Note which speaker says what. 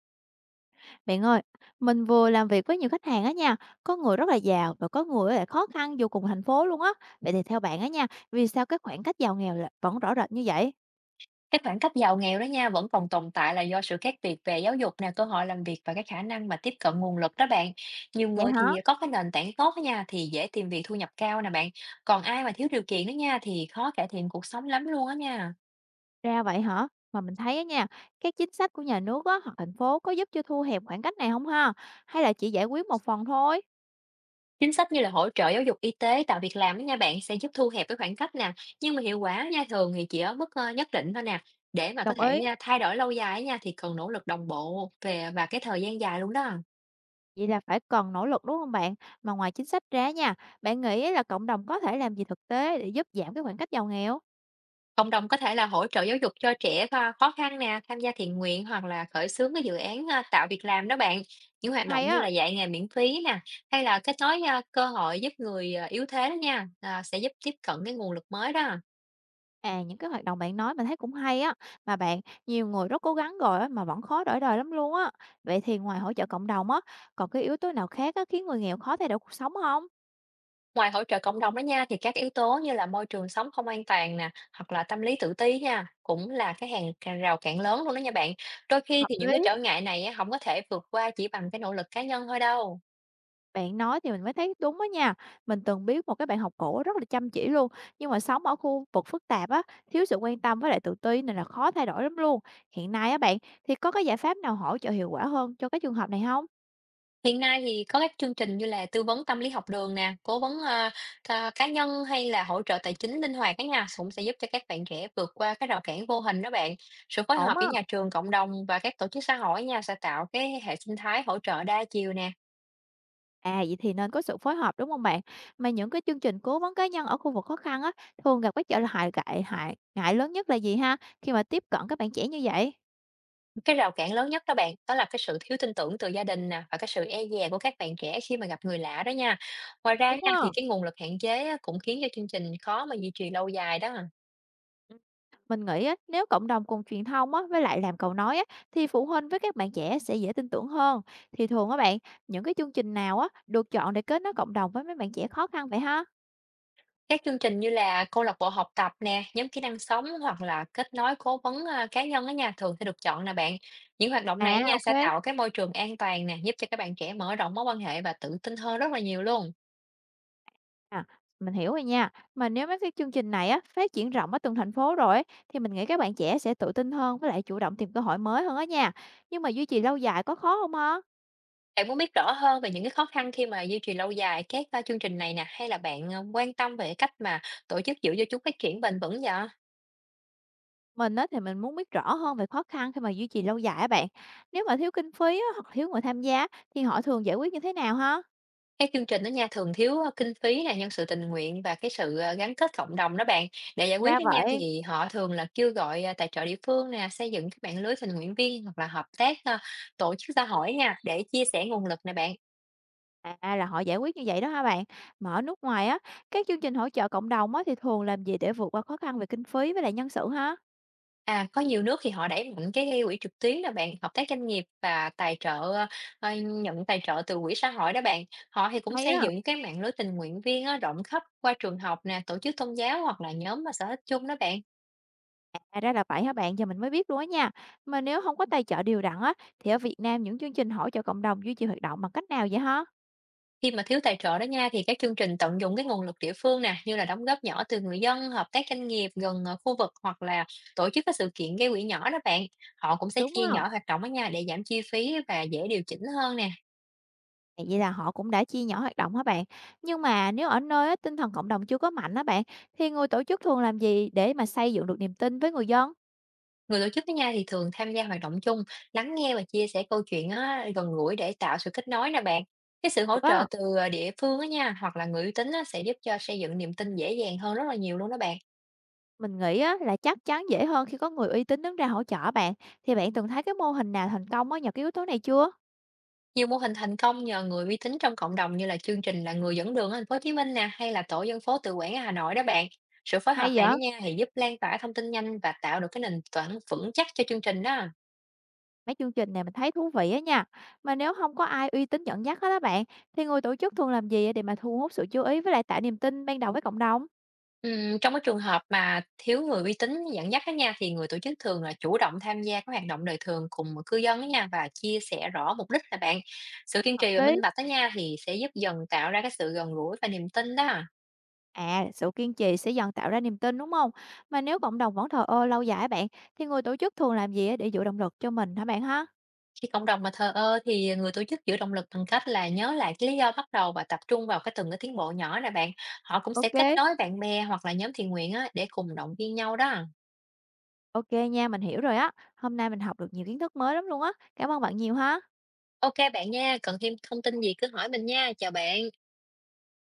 Speaker 1: Bạn ơi, mình vừa làm việc với nhiều khách hàng á nha, có người rất là giàu và có người lại khó khăn dù cùng thành phố luôn á. Vậy thì theo bạn á nha, vì sao cái khoảng cách giàu nghèo là vẫn rõ rệt như vậy?
Speaker 2: Cái khoảng cách giàu nghèo đó nha vẫn còn tồn tại là do sự khác biệt về giáo dục nè, cơ hội làm việc và cái khả năng mà tiếp cận nguồn lực đó bạn. Nhiều
Speaker 1: Vậy
Speaker 2: người
Speaker 1: hả?
Speaker 2: thì có cái nền tảng tốt đó nha thì dễ tìm việc thu nhập cao nè bạn. Còn ai mà thiếu điều kiện đó nha thì khó cải thiện cuộc sống lắm luôn á nha.
Speaker 1: Ra vậy hả? Mà mình thấy á nha, các chính sách của nhà nước á hoặc thành phố có giúp cho thu hẹp khoảng cách này không ha? Hay là chỉ giải quyết một phần thôi?
Speaker 2: Chính sách như là hỗ trợ giáo dục y tế tạo việc làm đó nha bạn sẽ giúp thu hẹp cái khoảng cách nè. Nhưng mà hiệu quả nha thường thì chỉ ở mức nhất định thôi nè. Để mà có
Speaker 1: Đồng
Speaker 2: thể
Speaker 1: ý.
Speaker 2: nha, thay đổi lâu dài á nha thì cần nỗ lực đồng bộ về và cái thời gian dài luôn đó.
Speaker 1: Vậy là phải cần nỗ lực đúng không bạn? Mà ngoài chính sách ra nha, bạn nghĩ là cộng đồng có thể làm gì thực tế để giúp giảm cái khoảng cách giàu nghèo?
Speaker 2: Cộng đồng có thể là hỗ trợ giáo dục cho trẻ khó khăn nè, tham gia thiện nguyện hoặc là khởi xướng cái dự án à, tạo việc làm đó bạn. Những hoạt động
Speaker 1: Hay
Speaker 2: như
Speaker 1: á.
Speaker 2: là dạy nghề miễn phí nè, hay là kết nối à, cơ hội giúp người à, yếu thế đó nha, à, sẽ giúp tiếp cận cái nguồn lực mới đó.
Speaker 1: À, những cái hoạt động bạn nói mình thấy cũng hay á, mà bạn, nhiều người rất cố gắng rồi á, mà vẫn khó đổi đời lắm luôn á. Vậy thì ngoài hỗ trợ cộng đồng á, còn cái yếu tố nào khác á, khiến người nghèo khó thay đổi cuộc sống không?
Speaker 2: Ngoài hỗ trợ cộng đồng đó nha, thì các yếu tố như là môi trường sống không an toàn nè, hoặc là tâm lý tự ti nha, cũng là cái hàng hàng rào cản lớn luôn đó nha bạn. Đôi khi
Speaker 1: Hợp
Speaker 2: thì những
Speaker 1: lý.
Speaker 2: cái trở ngại này á, không có thể vượt qua chỉ bằng cái nỗ lực cá nhân thôi đâu.
Speaker 1: Bạn nói thì mình mới thấy đúng á nha. Mình từng biết một cái bạn học cổ rất là chăm chỉ luôn, nhưng mà sống ở khu vực phức tạp á, thiếu sự quan tâm với lại tự ti nên là khó thay đổi lắm luôn. Hiện nay á bạn, thì có cái giải pháp nào hỗ trợ hiệu quả hơn cho cái trường hợp này không?
Speaker 2: Hiện nay thì có các chương trình như là tư vấn tâm lý học đường nè, cố vấn, ơ, ca cá nhân hay là hỗ trợ tài chính linh hoạt á nha, cũng sẽ giúp cho các bạn trẻ vượt qua cái rào cản vô hình đó bạn. Sự phối
Speaker 1: Ổn
Speaker 2: hợp giữa
Speaker 1: á.
Speaker 2: nhà trường, cộng đồng và các tổ chức xã hội nha, sẽ tạo cái hệ sinh thái hỗ trợ đa chiều nè.
Speaker 1: À, vậy thì nên có sự phối hợp, đúng không bạn? Mà những cái chương trình cố vấn cá nhân ở khu vực khó khăn á, thường gặp cái trở ngại ngại hại ngại lớn nhất là gì ha, khi mà tiếp cận các bạn trẻ như vậy?
Speaker 2: Cái rào cản lớn nhất đó bạn, đó là cái sự thiếu tin tưởng từ gia đình nè, và cái sự e dè của các bạn trẻ khi mà gặp người lạ đó nha. Ngoài ra
Speaker 1: Đúng
Speaker 2: nha, thì
Speaker 1: không?
Speaker 2: cái nguồn lực hạn chế á, cũng khiến cho chương trình khó mà duy trì lâu dài đó.
Speaker 1: Ừm. Mình nghĩ á, nếu cộng đồng cùng truyền thông á, với lại làm cầu nối á, thì phụ huynh với các bạn trẻ sẽ dễ tin tưởng hơn. Thì thường á bạn, những cái chương trình nào á, được chọn để kết nối cộng đồng với mấy bạn trẻ khó khăn vậy ha?
Speaker 2: Các chương trình như là câu lạc bộ học tập nè, nhóm kỹ năng sống hoặc là kết nối cố vấn à, cá nhân ở nhà thường sẽ được chọn nè bạn. Những hoạt động
Speaker 1: À,
Speaker 2: này nha
Speaker 1: ok.
Speaker 2: sẽ tạo cái môi trường an toàn nè, giúp cho các bạn trẻ mở rộng mối quan hệ và tự tin hơn rất là nhiều luôn.
Speaker 1: À, mình hiểu rồi nha. Mà nếu mấy cái chương trình này á phát triển rộng ở từng thành phố rồi ấy, thì mình nghĩ các bạn trẻ sẽ tự tin hơn với lại chủ động tìm cơ hội mới hơn á nha. Nhưng mà duy trì lâu dài có khó không ha?
Speaker 2: Bạn muốn biết rõ hơn về những cái khó khăn khi mà duy trì lâu dài các à, chương trình này nè, hay là bạn à, quan tâm về cách mà tổ chức giữ cho chúng phát triển bền vững vậy?
Speaker 1: Mình á thì mình muốn biết rõ hơn về khó khăn khi mà duy trì lâu dài á bạn. Nếu mà thiếu kinh phí á, hoặc thiếu người tham gia thì họ thường giải quyết như thế nào ha?
Speaker 2: Cái chương trình đó nha, thường thiếu kinh phí nè, nhân sự tình nguyện và cái sự gắn kết cộng đồng đó bạn. Để giải quyết
Speaker 1: Ra
Speaker 2: đó nha,
Speaker 1: vậy.
Speaker 2: thì họ thường là kêu gọi, à, tài trợ địa phương nè, xây dựng các mạng lưới tình nguyện viên hoặc là hợp tác tổ chức xã hội nha, để chia sẻ nguồn lực nè bạn.
Speaker 1: À là họ giải quyết như vậy đó hả bạn? Mà ở nước ngoài á, các chương trình hỗ trợ cộng đồng á thì thường làm gì để vượt qua khó khăn về kinh phí với lại nhân sự ha?
Speaker 2: À, có nhiều nước thì họ đẩy mạnh cái gây quỹ trực tuyến là bạn, hợp tác doanh nghiệp và tài trợ, ơ, ơ, nhận tài trợ từ quỹ xã hội đó bạn. Họ thì cũng
Speaker 1: Hay
Speaker 2: xây
Speaker 1: á.
Speaker 2: dựng cái mạng lưới tình nguyện viên á, rộng khắp qua trường học nè, tổ chức tôn giáo hoặc là nhóm, mà sở thích chung đó bạn.
Speaker 1: À, ra là vậy hả bạn? Giờ mình mới biết luôn á nha. Mà nếu không có tài trợ đều đặn á, thì ở Việt Nam những chương trình hỗ trợ cộng đồng duy trì hoạt động bằng cách nào vậy hả?
Speaker 2: Khi mà thiếu tài trợ đó nha thì các chương trình tận dụng cái nguồn lực địa phương nè như là đóng góp nhỏ từ người dân, hợp tác doanh nghiệp gần khu vực hoặc là tổ chức các sự kiện gây quỹ nhỏ đó bạn. Họ cũng sẽ
Speaker 1: Đúng
Speaker 2: chia
Speaker 1: không?
Speaker 2: nhỏ hoạt động đó nha để giảm chi phí và dễ điều chỉnh hơn nè.
Speaker 1: À, vậy là họ cũng đã chia nhỏ hoạt động hả bạn? Nhưng mà nếu ở nơi á, tinh thần cộng đồng chưa có mạnh á bạn, thì người tổ chức thường làm gì để mà xây dựng được niềm tin với người dân?
Speaker 2: Người tổ chức đó nha thì thường tham gia hoạt động chung, lắng nghe và chia sẻ câu chuyện á, gần gũi để tạo sự kết nối nè bạn. Cái sự hỗ
Speaker 1: Được
Speaker 2: trợ
Speaker 1: á,
Speaker 2: từ ờ, địa phương đó nha hoặc là người uy tín á, sẽ giúp cho xây dựng niềm tin dễ dàng hơn rất là nhiều luôn đó bạn.
Speaker 1: mình nghĩ á, là chắc chắn dễ hơn khi có người uy tín đứng ra hỗ trợ bạn. Thì bạn từng thấy cái mô hình nào thành công á, nhờ cái yếu tố này chưa?
Speaker 2: Nhiều mô hình thành công nhờ người uy tín trong cộng đồng như là chương trình là người dẫn đường ở thành phố Hồ Chí Minh nè hay là tổ dân phố tự quản ở Hà Nội đó bạn. Sự phối hợp
Speaker 1: Hay
Speaker 2: này
Speaker 1: vậy?
Speaker 2: đó nha thì giúp lan tỏa thông tin nhanh và tạo được cái nền tảng vững chắc cho chương trình đó.
Speaker 1: Mấy chương trình này mình thấy thú vị á nha. Mà nếu không có ai uy tín dẫn dắt hết á bạn, thì người tổ chức thường làm gì để mà thu hút sự chú ý với lại tạo niềm tin ban đầu với cộng đồng?
Speaker 2: Trong cái trường hợp mà thiếu người uy tín dẫn dắt đó nha thì người tổ chức thường là chủ động tham gia các hoạt động đời thường cùng cư dân đó nha và chia sẻ rõ mục đích là bạn. Sự kiên
Speaker 1: Hợp
Speaker 2: trì và minh
Speaker 1: lý.
Speaker 2: bạch đó nha thì sẽ giúp dần tạo ra cái sự gần gũi và niềm tin đó.
Speaker 1: À, sự kiên trì sẽ dần tạo ra niềm tin, đúng không? Mà nếu cộng đồng vẫn thờ ơ lâu dài á bạn, thì người tổ chức thường làm gì để giữ động lực cho mình hả bạn ha?
Speaker 2: Khi cộng đồng mà thờ ơ thì người tổ chức giữ động lực bằng cách là nhớ lại cái lý do bắt đầu và tập trung vào từng cái tiến bộ nhỏ nè bạn. Họ cũng sẽ kết
Speaker 1: Ok.
Speaker 2: nối bạn bè hoặc là nhóm thiện nguyện á, để cùng động viên nhau đó.
Speaker 1: Ok nha, mình hiểu rồi á. Hôm nay mình học được nhiều kiến thức mới lắm luôn á. Cảm ơn bạn nhiều ha.
Speaker 2: Ok bạn nha, cần thêm thông tin gì cứ hỏi mình nha. Chào bạn.